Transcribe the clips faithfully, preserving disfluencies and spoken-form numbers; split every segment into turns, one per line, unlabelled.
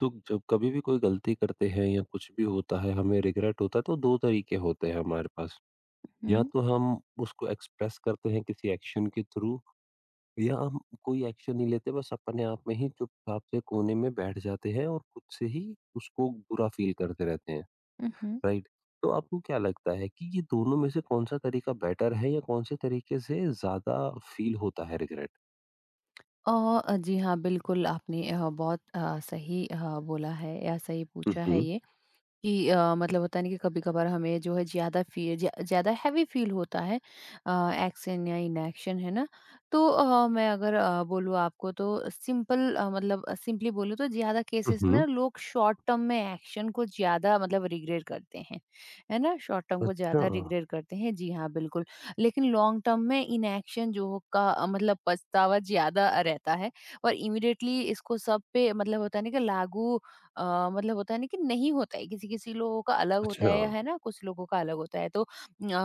तो जब कभी भी कोई गलती करते हैं या कुछ भी होता है हमें रिग्रेट होता है तो दो तरीके होते हैं हमारे पास। या
हुँ।
तो हम उसको एक्सप्रेस करते हैं किसी एक्शन के थ्रू या हम कोई एक्शन नहीं लेते बस अपने आप में ही चुपचाप से कोने में बैठ जाते हैं और खुद से ही उसको बुरा फ़ील करते रहते हैं,
हुँ, हुँ।
राइट? तो आपको क्या लगता है कि ये दोनों में से कौन-सा तरीका बेटर है या कौन से तरीके से ज़्यादा फ़ील होता है रिग्रेट?
अ, जी हाँ, बिल्कुल आपने अ, बहुत अ, सही अ, बोला है, या सही
हुँ,
पूछा है
हुँ।
ये। कि अ, मतलब होता है ना कि कभी-कभार हमें जो है ज़्यादा फ़ी ज ज़्यादा हैवी फ़ील होता है, अ, एक्शन या इनएक्शन, है ना? तो अ, मैं अगर अ, बोलूँ आपको तो सिंपल अ, मतलब सिंपली बोलूँ तो ज़्यादा
हुँ,
केसेस में
हुँ।
ना लोग शॉर्ट टर्म में एक्शन को ज़्यादा मतलब रिग्रेट करते हैं, है ना? शॉर्ट टर्म को
अच्छा,
ज़्यादा रिग्रेट करते हैं, जी हाँ, बिल्कुल। लेकिन लॉन्ग टर्म में इनएक्शन जो हो- का अ, मतलब पछतावा ज़्यादा रहता है, और इमीडिएटली इसको सब पे मतलब होता है ना कि लागू अ, मतलब होता है ना कि नहीं होता है, किसी किसी लोगों का अलग होता
अच्छा।
है है ना, कुछ लोगों का अलग होता है, तो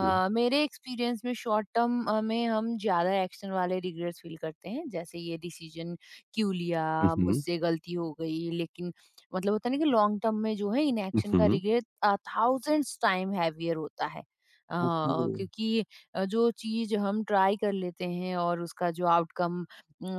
जी।
मेरे एक्सपीरियंस में शॉर्ट टर्म में हम ज्यादा एक्शन वाले रिग्रेट्स फील करते हैं, जैसे ये डिसीजन क्यों
हुँ,
लिया,
हुँ।
मुझसे गलती हो गई, लेकिन मतलब होता है ना कि लॉन्ग टर्म में जो है
हुँ,
इनएक्शन का
हुँ।
रिग्रेट थाउजेंड्स टाइम हैवियर होता है। अ,
ओके।
क्योंकि अ, जो चीज हम ट्राई कर लेते हैं और उसका जो आउटकम,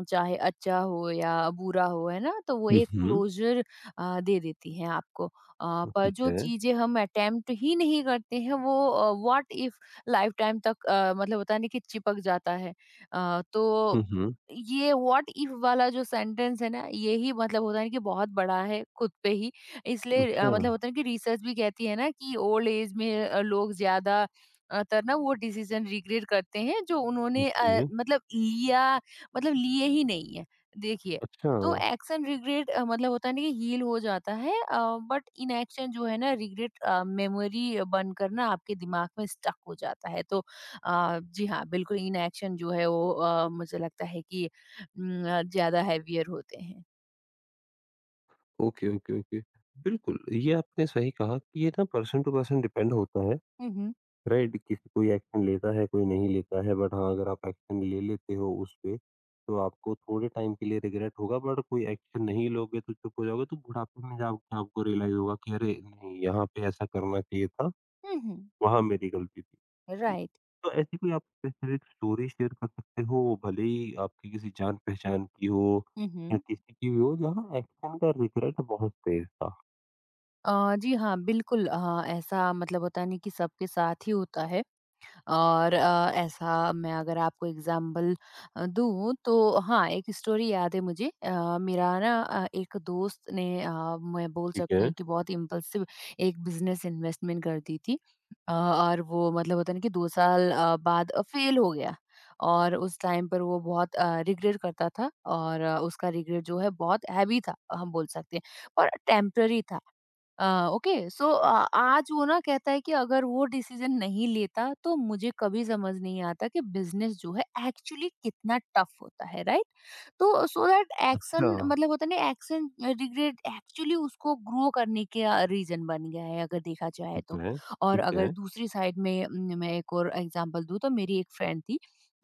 चाहे अच्छा हो या बुरा हो, है ना, तो वो
हुँ,
एक
हुँ।
क्लोजर अ, दे देती हैं आपको। अ, पर
ठीक
जो
है।
चीज़ें हम अटेम्प्ट ही नहीं करते हैं, वो अ, व्हाट इफ लाइफ टाइम तक अ, मतलब होता है ना कि चिपक जाता है। अ, तो
हुँ, हुँ।
ये व्हाट इफ वाला जो सेंटेंस है ना, यही मतलब होता है कि बहुत बड़ा है खुद पे ही। इसलिए
अच्छा,
अ, मतलब होता है कि रिसर्च भी कहती है ना कि ओल्ड एज में अ, लोग ज़्यादा अ, तर ना वो डिसीज़न रिग्रेट करते हैं जो उन्होंने अ,
ओके।
मतलब लिया मतलब लिए ही नहीं है। देखिए,
अच्छा,
तो एक्शन रिग्रेट अ, मतलब होता है ना कि हील हो जाता है, बट इनएक्शन जो है ना, रिग्रेट मेमोरी बनकर ना आपके दिमाग में स्टक हो जाता है, तो अ, जी हाँ, बिल्कुल इनएक्शन जो है वो, अ, मुझे लगता है कि न, अ, ज्यादा हैवियर होते हैं।
Okay, okay, okay. बिल्कुल, ये आपने सही कहा कि ये ना पर्सन टू पर्सन डिपेंड होता है,
हम्म,
राइट? किसी कोई एक्शन लेता है, कोई नहीं लेता है, बट हाँ, अगर आप एक्शन ले लेते हो उस पे, तो आपको थोड़े टाइम के लिए रिग्रेट होगा, बट कोई एक्शन नहीं लोगे तो चुप हो जाओगे, तो बुढ़ापे में जाके आपको रियलाइज़ होगा कि अरे! नहीं, यहाँ पे ऐसा करना चाहिए था।
हम्म,
वहाँ मेरी गलती थी। जी।
राइट,
तो ऐसी कोई आप स्पेसिफिक स्टोरी शेयर कर सकते हो, भले ही आपकी किसी जान-पहचान की हो या
हम्म।
किसी की भी हो, जहाँ एक्शन का रिग्रेट बहुत तेज़ था?
अ, जी हाँ, बिल्कुल। अ, ऐसा मतलब होता नहीं कि सबके साथ ही होता है, और अ, ऐसा मैं अगर आपको एग्जाम्पल अ, दूँ तो हाँ, एक स्टोरी याद है मुझे। अ, मेरा ना अ, एक दोस्त ने, अ, मैं बोल
ठीक है।
सकती हूँ कि बहुत इम्पल्सिव, एक बिज़नेस इन्वेस्टमेंट कर दी थी। अ, और वो मतलब होता है ना कि दो साल अ, बाद अ, फ़ेल हो गया, और उस टाइम पर वो बहुत अ, रिग्रेट करता था, और अ, उसका रिग्रेट जो है बहुत हैवी था, हम बोल सकते हैं, और टेम्पररी था। अ, ओके, सो अ, आज वो ना कहता है कि अगर वो डिसीजन नहीं लेता तो मुझे कभी समझ नहीं आता कि बिजनेस जो है एक्चुअली कितना टफ होता है, राइट? तो सो दैट
अच्छा,
एक्शन मतलब होता है ना, एक्शन रिग्रेट एक्चुअली उसको ग्रो करने का रीजन बन गया है, अगर देखा जाए
ठीक
तो।
है,
और
ठीक
अगर
है।
दूसरी साइड में न, मैं एक और एग्जांपल दूं तो मेरी एक फ्रेंड थी,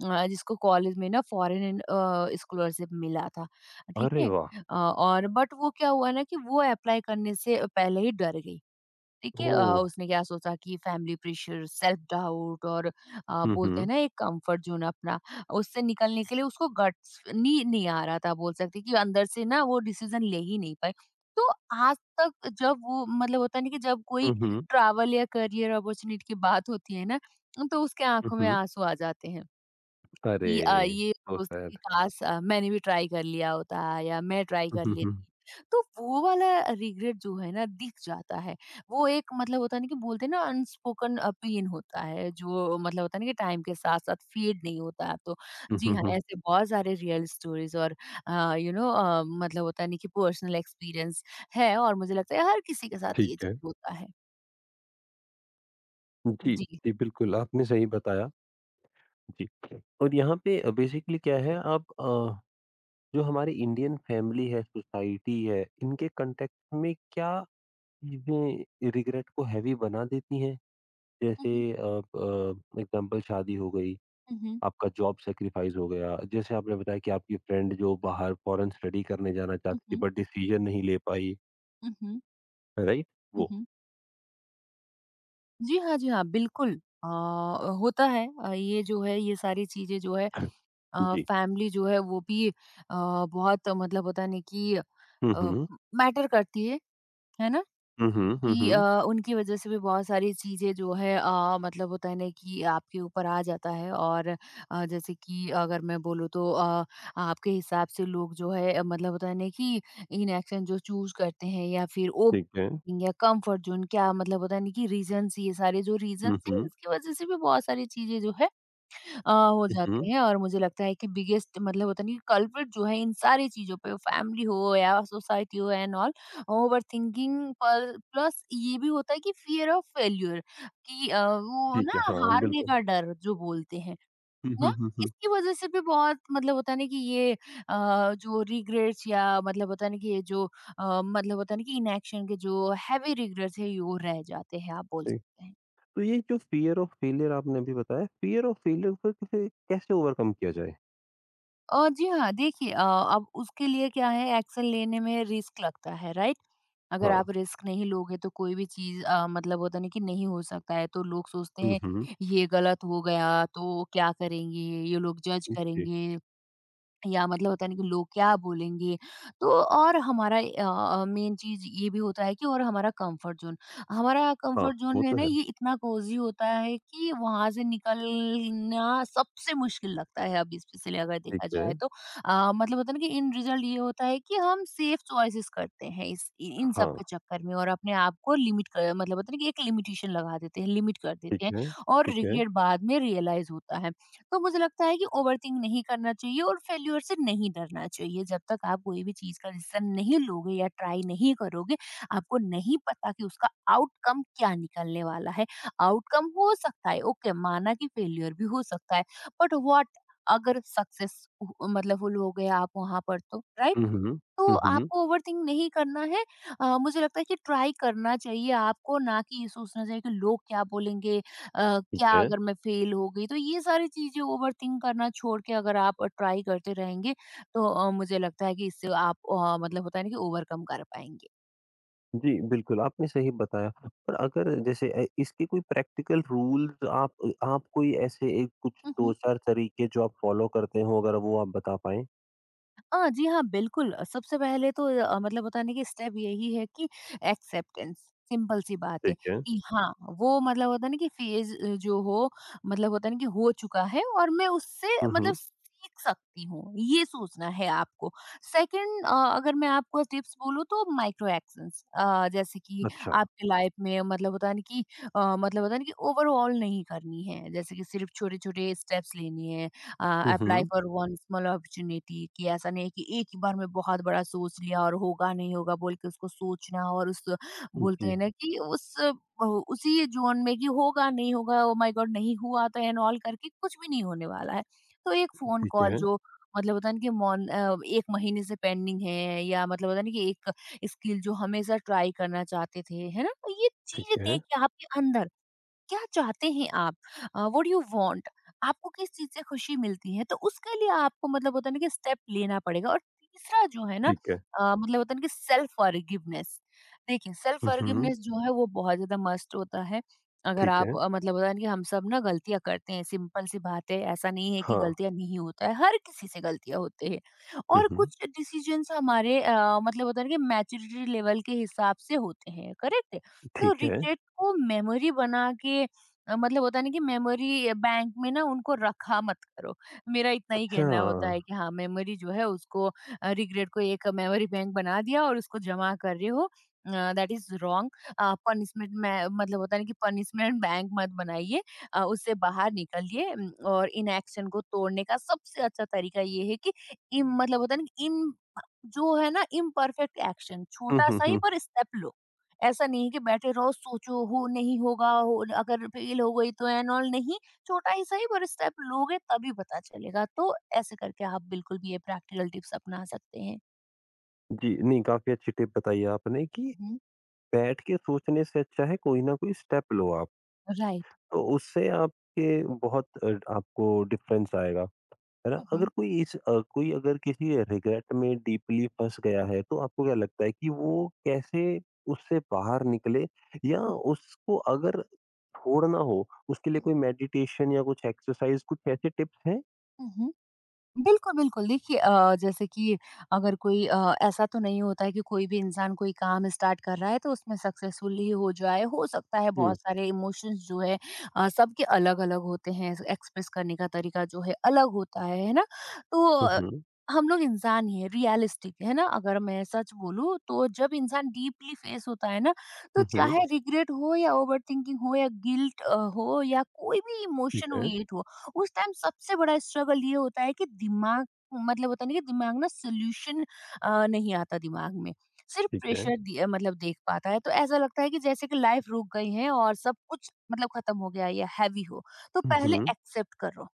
अ, जिसको कॉलेज में ना फॉरेन स्कॉलरशिप मिला था, ठीक
अरे
है।
वाह!
अ, और बट वो क्या हुआ ना कि वो अप्लाई करने से पहले ही डर गई। देखिए, अ,
ओह!
उसने क्या सोचा कि फैमिली प्रेशर, सेल्फ डाउट, और अ,
हुँ,
बोलते हैं
हुँ।
ना एक कम्फर्ट ज़ोन अपना, उससे निकलने के लिए उसको गट्स नी नहीं आ रहा था, बोल सकते हैं कि अंदर से ना वो डिसीज़न ले ही नहीं पाए। तो आज तक जब वो मतलब होता है ना कि जब कोई
हुँ, हुँ।
ट्रैवल या करियर अपॉर्च्युनिटी की बात होती है ना, तो उसके
हुँ,
आँखों में
हुँ।
आँसू आ जाते हैं। कि अ,
अरे!
ये
सो
सोचती कि
सैड।
काश अ, मैंने भी ट्राई कर लिया होता, या मैं ट्राई
हुँ,
कर
हुँ,
लेती।
हुँ।
तो वो वाला रिग्रेट जो है ना, दिख जाता है। वो एक मतलब होता है ना कि बोलते हैं ना, अनस्पोकन अ, पेन होता है, जो मतलब होता है ना कि टाइम के साथ-साथ फेड नहीं होता। तो
हुँ,
जी
हुँ,
हाँ,
हुँ।
ऐसे बहुत सारे रियल स्टोरीज़ और अ, यू नो अ, मतलब होता नहीं कि पर्सनल एक्सपीरियंस है, और मुझे लगता है हर किसी के साथ ये
ठीक है।
चीज़ होता है।
जी,
जी।
जी बिल्कुल, आपने सही बताया। जी। और यहाँ पे अ, बेसिकली क्या है आप अ जो हमारी इंडियन फैमिली है, सोसाइटी है, इनके कॉन्टेक्स्ट में क्या चीज़ें रिग्रेट को हेवी बना देती हैं?
हुँ,
जैसे
हुँ।
अ अ, एग्ज़ाम्पल शादी हो गई,
हुँ, हुँ।
आपका जॉब सैक्रिफाइस हो गया। जैसे आपने बताया कि आपकी फ्रेंड जो बाहर फॉरेन स्टडी करने जाना
हुँ,
चाहती थी
हुँ।
बट डिसीज़न नहीं ले पाई,
हुँ,
राइट? वो।
हुँ। जी हाँ, जी हाँ, बिल्कुल। अ, होता है। अ, ये जो है, ये सारी चीज़ें जो है, अ,
जी।
फैमिली जो है वो भी अ, बहुत मतलब होता है ना कि अ,
हुँ, हुँ।
मैटर करती है, है ना?
हुँ, हुँ, हुँ,
कि अ,
हुँ।
उनकी वजह से भी बहुत सारी चीज़ें जो है अ, मतलब होता है ना कि आपके ऊपर आ जाता है, और अ, जैसे कि अगर मैं बोलूँ तो अ, आपके हिसाब से लोग जो है अ, मतलब होता है ना कि इनएक्शन जो चूज़ करते हैं, या फिर ओ
ठीक है।
या कंफर्ट जोन, क्या मतलब होता है ना कि रीजंस, ये सारे जो
हुँ,
रीजंस है,
हुँ।
इसकी वजह से भी बहुत सारी चीज़ें जो है अ, हो
हुँ, हुँ।
जाते हैं, और मुझे लगता है कि बिगेस्ट मतलब होता नहीं, कल्प्रिट जो है इन सारी चीज़ों पे, फैमिली हो या सोसाइटी हो एंड ऑल, ओवरथिंकिंग पर प्लस ये भी होता है कि फियर ऑफ फेल्यूर, कि अ, वो
ठीक
ना
है, हाँ,
हारने
बिल्कुल।
का डर जो बोलते हैं
हुँ,
ना,
हुँ, हुँ, हुँ।
इसकी वजह से भी बहुत मतलब होता नहीं कि ये अ, जो रिग्रेट्स या मतलब होता नहीं कि ये जो अ, मतलब होता नहीं कि इनएक्शन के जो हैवी रिग्रेट्स है, ये वो रह जाते हैं, आप बोल
ठीक।
सकते हैं।
तो ये जो फ़ियर ऑफ़ फेलियर आपने अभी बताया, फ़ियर ऑफ़ फेलियर को कैसे कैसे ओवरकम किया जाए?
अ, जी हाँ, देखिए, अ, अब उसके लिए क्या है, एक्शन लेने में रिस्क लगता है, राइट? अगर
हाँ।
आप रिस्क नहीं लोगे तो कोई भी चीज़ अ, मतलब होता नहीं कि नहीं हो सकता है, तो लोग सोचते
हुँ,
हैं
हुँ।
ये गलत हो गया तो क्या करेंगे, ये लोग जज
जी।
करेंगे, या मतलब होता है ना कि लोग क्या बोलेंगे। तो और हमारा मेन चीज ये भी होता है कि और हमारा कंफर्ट जोन हमारा
हाँ,
कंफर्ट जोन
वो
है
तो
ना,
है।
ये इतना कोजी होता है कि वहां से निकलना सबसे मुश्किल लगता है, अब स्पेशली अगर
ठीक
देखा
है।
जाए तो। अ, मतलब होता है ना कि इन रिजल्ट ये होता है कि हम सेफ चॉइसेस करते हैं इस इन इन सब
हाँ,
के चक्कर में, और अपने आप को लिमिट कर मतलब होता है ना कि एक लिमिटेशन लगा देते हैं, लिमिट कर
ठीक
देते हैं,
है,
और
ठीक है।
रिग्रेट बाद में रियलाइज होता है। तो मुझे लगता है कि ओवरथिंक नहीं करना चाहिए और फेल्योर से नहीं डरना चाहिए, जब तक आप कोई भी चीज का डिसीजन नहीं लोगे या ट्राई नहीं करोगे, आपको नहीं पता कि उसका आउटकम क्या निकलने वाला है। आउटकम हो सकता है ओके, माना कि फेल्योर भी हो सकता है, बट व्हाट अगर सक्सेस मतलब फुल हो गया आप वहां पर तो, राइट?
हुँ, हुँ।
तो
हुँ, हुँ।
आपको ओवरथिंक नहीं करना है। अ, मुझे लगता है कि ट्राई करना चाहिए आपको, ना कि ये सोचना चाहिए कि लोग क्या बोलेंगे, अ,
ठीक
क्या
है।
अगर मैं फेल हो गई? तो ये सारी चीज़ें ओवरथिंक करना छोड़ के अगर आप ट्राई करते रहेंगे, तो अ, मुझे लगता है कि इससे आप अ, मतलब होता है ना कि ओवरकम कर पाएँगे।
जी, बिल्कुल, आपने सही बताया। पर अगर जैसे अ, इसके कोई प्रैक्टिकल रूल्स आप अ, आप कोई ऐसे एक कुछ दो चार तरीके जो आप फ़ॉलो करते हो अगर वो आप बता पाएँ?
अ, जी हाँ, बिल्कुल। अ, सबसे पहले तो अ, मतलब बताने की स्टेप यही है कि एक्सेप्टेंस, सिंपल सी बात है
ठीक है।
कि हाँ, वो मतलब होता है ना कि फ़ेज़ अ, जो हो मतलब होता है ना कि हो चुका है, और मैं उससे
हुँ,
मतलब
हुँ।
सीख सकती हूँ, ये सोचना है आपको। सेकंड, अ, अगर मैं आपको टिप्स बोलूँ तो माइक्रो एक्शंस, अ, जैसे कि
अच्छा।
आपकी लाइफ़ में मतलब होता है ना कि अ, मतलब होता है ना कि ओवरऑल नहीं करनी है। जैसे कि सिर्फ़ छोटे-छोटे स्टेप्स लेने हैं।
Hmm,
apply
hmm.
For one small opportunity, कि ऐसा नहीं है कि एक ही बार में बहुत बड़ा सोच लिया और होगा नहीं होगा बोल के उसको सोचना, और उस बोलते
जी,
हैं ना कि उस वो उसी जोन में कि होगा नहीं होगा, ओ माय गॉड नहीं हुआ तो एंड ऑल करके कुछ भी नहीं होने वाला है। तो एक फोन
ठीक
कॉल
है,
जो मतलब होता है ना कि मॉन अ, एक महीने से पेंडिंग है, या मतलब होता है ना कि एक स्किल जो हमेशा ट्राई करना चाहते थे, है ना, तो ये चीजें
ठीक है,
देख के आपके अंदर क्या चाहते हैं आप? अ, व्हाट डू यू वांट? आपको किस चीज़ से खुशी मिलती है? तो उसके लिए आपको मतलब होता है ना कि स्टेप लेना पड़ेगा। और तीसरा जो है ना,
ठीक है।
अ, मतलब होता है ना कि सेल्फ फॉरगिवनेस। देखिए, सेल्फ
हुँ, हुँ।
फॉरगिवनेस जो है वो बहुत ज़्यादा मस्ट होता है। अगर
ठीक
आप
है।
अ, मतलब होता है ना कि हम सब ना गलतियाँ करते हैं, सिंपल सी बात है। ऐसा नहीं है कि
हाँ।
गलतियाँ नहीं होता है, हर किसी से गलतियाँ होती हैं,
हुँ,
और
हुँ।
कुछ डिसीजंस हमारे अ, मतलब होता है ना कि मैच्योरिटी लेवल के हिसाब से होते हैं, करेक्ट है? तो
ठीक है।
रिग्रेट को मेमोरी बना के अ, मतलब होता है ना कि मेमोरी बैंक में ना उनको रखा मत करो। मेरा इतना ही
अच्छा।
कहना होता है कि हाँ, मेमोरी जो है उसको अ, रिग्रेट को एक मेमोरी बैंक बना दिया और उसको जमा कर रहे हो अ, दैट इज़ रॉन्ग। अ, पनिशमेंट में मतलब होता है ना कि पनिशमेंट बैंक मत बनाइए। अ, उससे बाहर निकलिए। उम, और इनएक्शन को तोड़ने का सबसे अच्छा तरीका ये है कि इम मतलब होता है ना कि इम जो है ना इम्परफेक्ट एक्शन
हुँ, हुँ,
छोटा-सा ही
हुँ।
पर स्टेप लो। ऐसा नहीं है कि बैठे रहो सोचो हो नहीं होगा हो, अगर फेल हो गई तो एंड ऑल नहीं। छोटा ही सही पर स्टेप लोगे तभी पता चलेगा। तो ऐसे करके आप बिल्कुल भी ये प्रैक्टिकल टिप्स अपना सकते हैं।
जी, नहीं काफ़ी अच्छी टिप बताई आपने कि
राइट। हम्म।
बैठ के सोचने से अच्छा है कोई ना कोई स्टेप लो आप।
राइट।
तो उससे आपके बहुत अ, आपको डिफरेंस आएगा, है ना? अगर
हम्म।
कोई इस अ, कोई अगर किसी रिग्रेट में डीपली फँस गया है तो आपको क्या लगता है कि वो कैसे उससे बाहर निकले या उसको अगर छोड़ना हो उसके लिए
हम्म।
कोई मेडिटेशन या कुछ एक्सरसाइज़ कुछ ऐसे टिप्स हैं?
हम्म। बिल्कुल, बिल्कुल। देखिए, अ, जैसे कि अगर कोई अ, ऐसा तो नहीं होता है कि कोई भी इंसान कोई काम स्टार्ट कर रहा है तो उसमें सक्सेसफुल ही हो जाए। हो सकता है
हुँ।
बहुत सारे इमोशंस जो है अ, सबके अलग-अलग होते हैं, एक्सप्रेस करने का तरीका जो है अलग होता है, है ना? तो
हुँ,
अ,
हुँ।
हम लोग इंसान ही हैं, रियलिस्टिक, है ना? अगर मैं सच बोलूँ तो जब इंसान डीपली फेस होता है ना, तो
हुँ, हुँ।
चाहे रिग्रेट हो या ओवरथिंकिंग हो या गिल्ट अ, हो या कोई भी
ठीक
इमोशन
है,
वेट हो। उस टाइम सबसे बड़ा स्ट्रगल ये होता है कि दिमाग मतलब होता नहीं कि दिमाग ना सोल्यूशन नहीं आता दिमाग में, सिर्फ
ठीक है।
प्रेशर दिया मतलब देख पाता है। तो ऐसा लगता है कि जैसे कि लाइफ रुक गई है और सब कुछ मतलब खत्म हो गया है या हैवी हो। तो
हुँ,
पहले
हुँ।
एक्सेप्ट करो।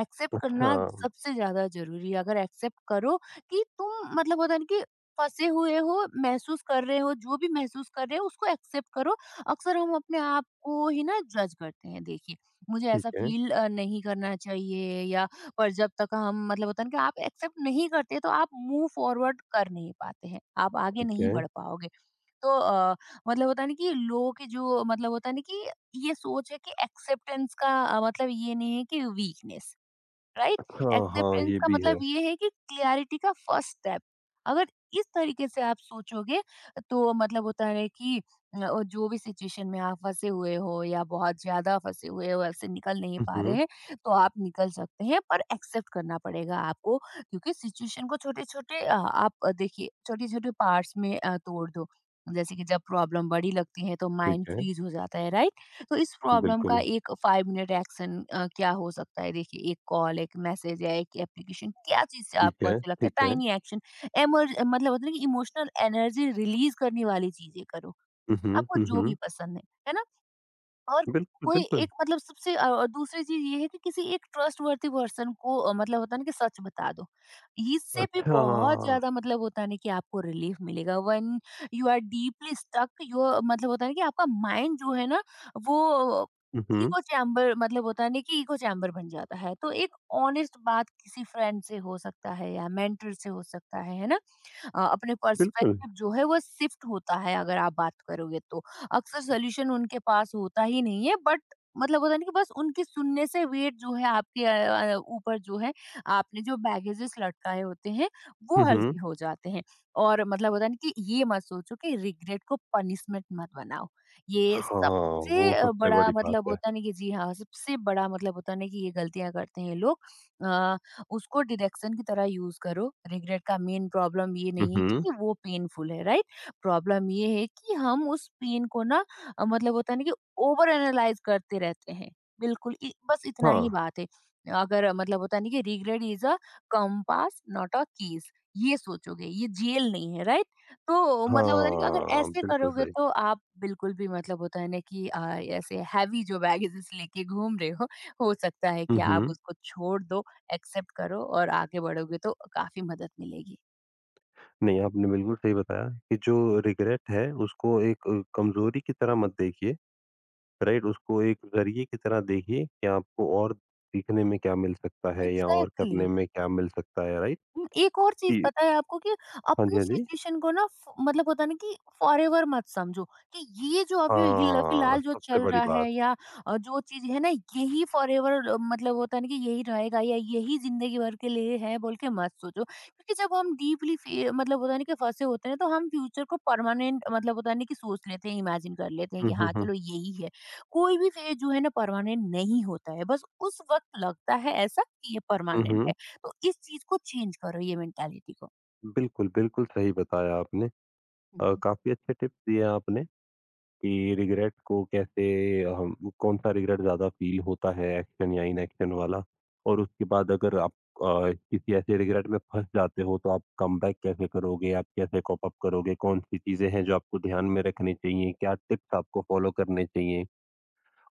एक्सेप्ट
अच्छा,
करना सबसे ज्यादा जरूरी है। अगर एक्सेप्ट करो कि तुम मतलब होता है ना कि फंसे हुए हो, महसूस कर रहे हो, जो भी महसूस कर रहे हो उसको एक्सेप्ट करो। अक्सर हम अपने आप को ही ना जज करते हैं। देखिए, मुझे
ठीक
ऐसा
है,
फ़ील अ, नहीं करना चाहिए या, पर जब तक हम मतलब होता है ना कि आप एक्सेप्ट नहीं करते तो आप मूव फॉरवर्ड कर नहीं पाते हैं, आप आगे
ठीक
नहीं
है।
बढ़ पाओगे। तो अ, मतलब होता है ना कि लोगों की जो मतलब होता है ना कि ये सोच है कि एक्सेप्टेंस का अ, मतलब ये नहीं है कि वीकनेस। राइट।
अच्छा, हाँ,
एक्सेप्टेंस
ये
का
भी है।
मतलब ये है कि क्लियरिटी का फर्स्ट स्टेप। अगर इस तरीके से आप सोचोगे तो मतलब होता है कि अ, और जो भी सिचुएशन में आप फंसे हुए हो या बहुत ज्यादा फंसे हुए हो ऐसे निकल नहीं
हुँ,
पा रहे
हुँ,
हैं तो आप निकल सकते हैं, पर एक्सेप्ट करना पड़ेगा आपको। क्योंकि सिचुएशन को छोटे छोटे आप अ, देखिए छोटे छोटे पार्ट्स में अ, तोड़ दो। जैसे कि जब प्रॉब्लम बड़ी लगती है तो
ठीक
माइंड
है,
फ्रीज हो जाता है, राइट। तो इस प्रॉब्लम का
बिल्कुल,
एक पाँच मिनट एक्शन अ, क्या हो सकता है? देखिए, एक कॉल, एक मैसेज या एक एप्लीकेशन, क्या चीज़ से
ठीक
आपको
है,
अच्छा लगता है?
ठीक है।
Tiny action. एमर मतलब होता है ना कि इमोशनल एनर्जी रिलीज़ करने वाली चीज़ें करो,
हुँ, हुँ,
आपको
हुँ,
जो भी
हुँ।
पसंद है। है ना? और
बिल्कुल,
कोई
बिल्कुल।
एक मतलब सबसे अ, और दूसरी चीज ये है कि किसी एक ट्रस्टवर्थी पर्सन को अ, मतलब होता है ना कि सच बता दो। इससे भी
अच्छा,
बहुत ज़्यादा मतलब होता है ना कि आपको रिलीफ मिलेगा। When you are deeply stuck your मतलब होता है ना कि आपका माइंड जो है ना वो
हुँ, हुँ,
इको चैम्बर मतलब होता है ना कि इको चैम्बर बन जाता है। तो एक ऑनेस्ट बात किसी फ्रेंड से हो सकता है या मेंटर से हो सकता है, है ना? अ, अपने
बिल्कुल।
पर्सपेक्टिव जो है वो शिफ्ट होता है अगर आप बात करोगे तो। अक्सर सॉल्यूशन उनके पास होता ही नहीं है, बट मतलब होता है ना कि बस उनके सुनने से वेट जो है आपके अ, अ, ऊपर जो है आपने जो बैगेजेस लटकाए होते हैं
हुँ,
वो
हुँ।
हल्के हो जाते हैं। और मतलब होता है ना कि ये मत सोचो कि रिग्रेट को पनिशमेंट मत बनाओ। ये
हाँ,
सबसे
वो
अ,
सबसे
बड़ा
बड़ी बात
मतलब
है।
होता है ना कि जी हाँ, सबसे बड़ा मतलब होता है ना कि ये गलतियाँ करते हैं लोग। अ उसको डिडक्शन की तरह यूज करो। रिग्रेट का मेन प्रॉब्लम ये
हुँ,
नहीं है
हुँ।
कि वो पेनफुल है, राइट। प्रॉब्लम ये है कि हम उस पेन को ना अ, मतलब होता है ना कि ओवर एनालाइज करते रहते हैं। बिल्कुल इ- बस इतना ही
हाँ,
बात है। अगर मतलब होता नहीं कि regret is a compass not a keys ये सोचोगे, ये जेल नहीं है, राइट। तो मतलब होता है ना कि अगर
हाँ,
ऐसे
बिल्कुल
करोगे
सही।
तो आप बिल्कुल भी मतलब होता है ना कि आ, ऐसे हैवी जो बैगेजेस लेके घूम रहे हो हो सकता है
हुँ,
कि आप
हुँ।
उसको छोड़ दो। एक्सेप्ट करो और आगे बढ़ोगे तो काफ़ी मदद मिलेगी।
नहीं, आपने बिल्कुल सही बताया कि जो रिग्रेट है उसको एक अ, कमज़ोरी की तरह
हुँ, हुँ।
मत देखिए राइट, उसको एक ज़रिए की तरह देखिए कि आपको और सीखने में क्या मिल सकता है या और करने
एग्ज़ैक्टली।
में क्या मिल सकता है, राइट?
हुँ, एक और चीज़
जी।
पता है आपको कि
हाँ जी,
अपनी
हाँ जी।
सिचुएशन को ना फ मतलब होता है ना कि फॉरएवर मत समझो कि ये जो अभी हिल
हाँ,
फिलहाल जो
सबसे
चल
बड़ी
रहा
बात।
है या अ, जो चीज़ है ना यही फॉरएवर मतलब होता है ना कि यही रहेगा या यही ज़िंदगी भर के लिए है बोल के मत सोचो। क्योंकि जब हम डीपली फे मतलब होता है ना कि फँसे होते हैं तो हम फ्यूचर को परमानेंट मतलब होता है ना कि सोच लेते हैं, इमेजिन कर लेते हैं
हुँ,
कि
हुँ,
हाँ,
हुँ।
चलो यही है। कोई भी फेज़ जो है ना परमानेंट नहीं होता है, बस उस वक़्त लगता है ऐसा कि ये
हुँ,
परमानेंट
हुँ।
है। तो इस चीज को चेंज करो, ये मेंटालिटी को।
बिल्कुल, बिल्कुल सही बताया आपने। अ,
हम्म,
काफ़ी अच्छे टिप्स दिए आपने। कि रिग्रेट को कैसे हम कौन सा रिग्रेट ज़्यादा फ़ील होता है एक्शन या इनएक्शन वाला? और उसके बाद अगर आप अ, किसी ऐसे रिग्रेट में फँस जाते हो तो आप कमबैक कैसे करोगे? आप कैसे कॉप अप करोगे? कौन-सी चीज़ें हैं जो आपको ध्यान में रखनी चाहिए? क्या टिप्स आपको फ़ॉलो करने चाहिए?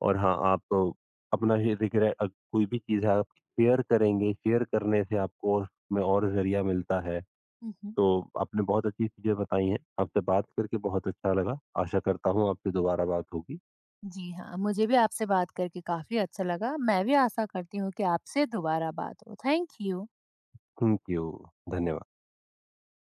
और हाँ, आप अ, अपना ये रिग्रे अ, कोई भी चीज़ है आप शेयर करेंगे, शेयर करने से आपको उसमें और ज़रिया मिलता है।
हम्म।
तो आपने बहुत अच्छी चीज़ें बताई हैं। आपसे बात करके बहुत अच्छा लगा। आशा करता हूँ आपसे दोबारा बात होगी।
जी हाँ, मुझे भी आपसे बात करके काफी अच्छा लगा। मैं भी आशा करती हूँ कि आपसे दोबारा बात हो। Thank you.
थैंक यू धन्यवाद।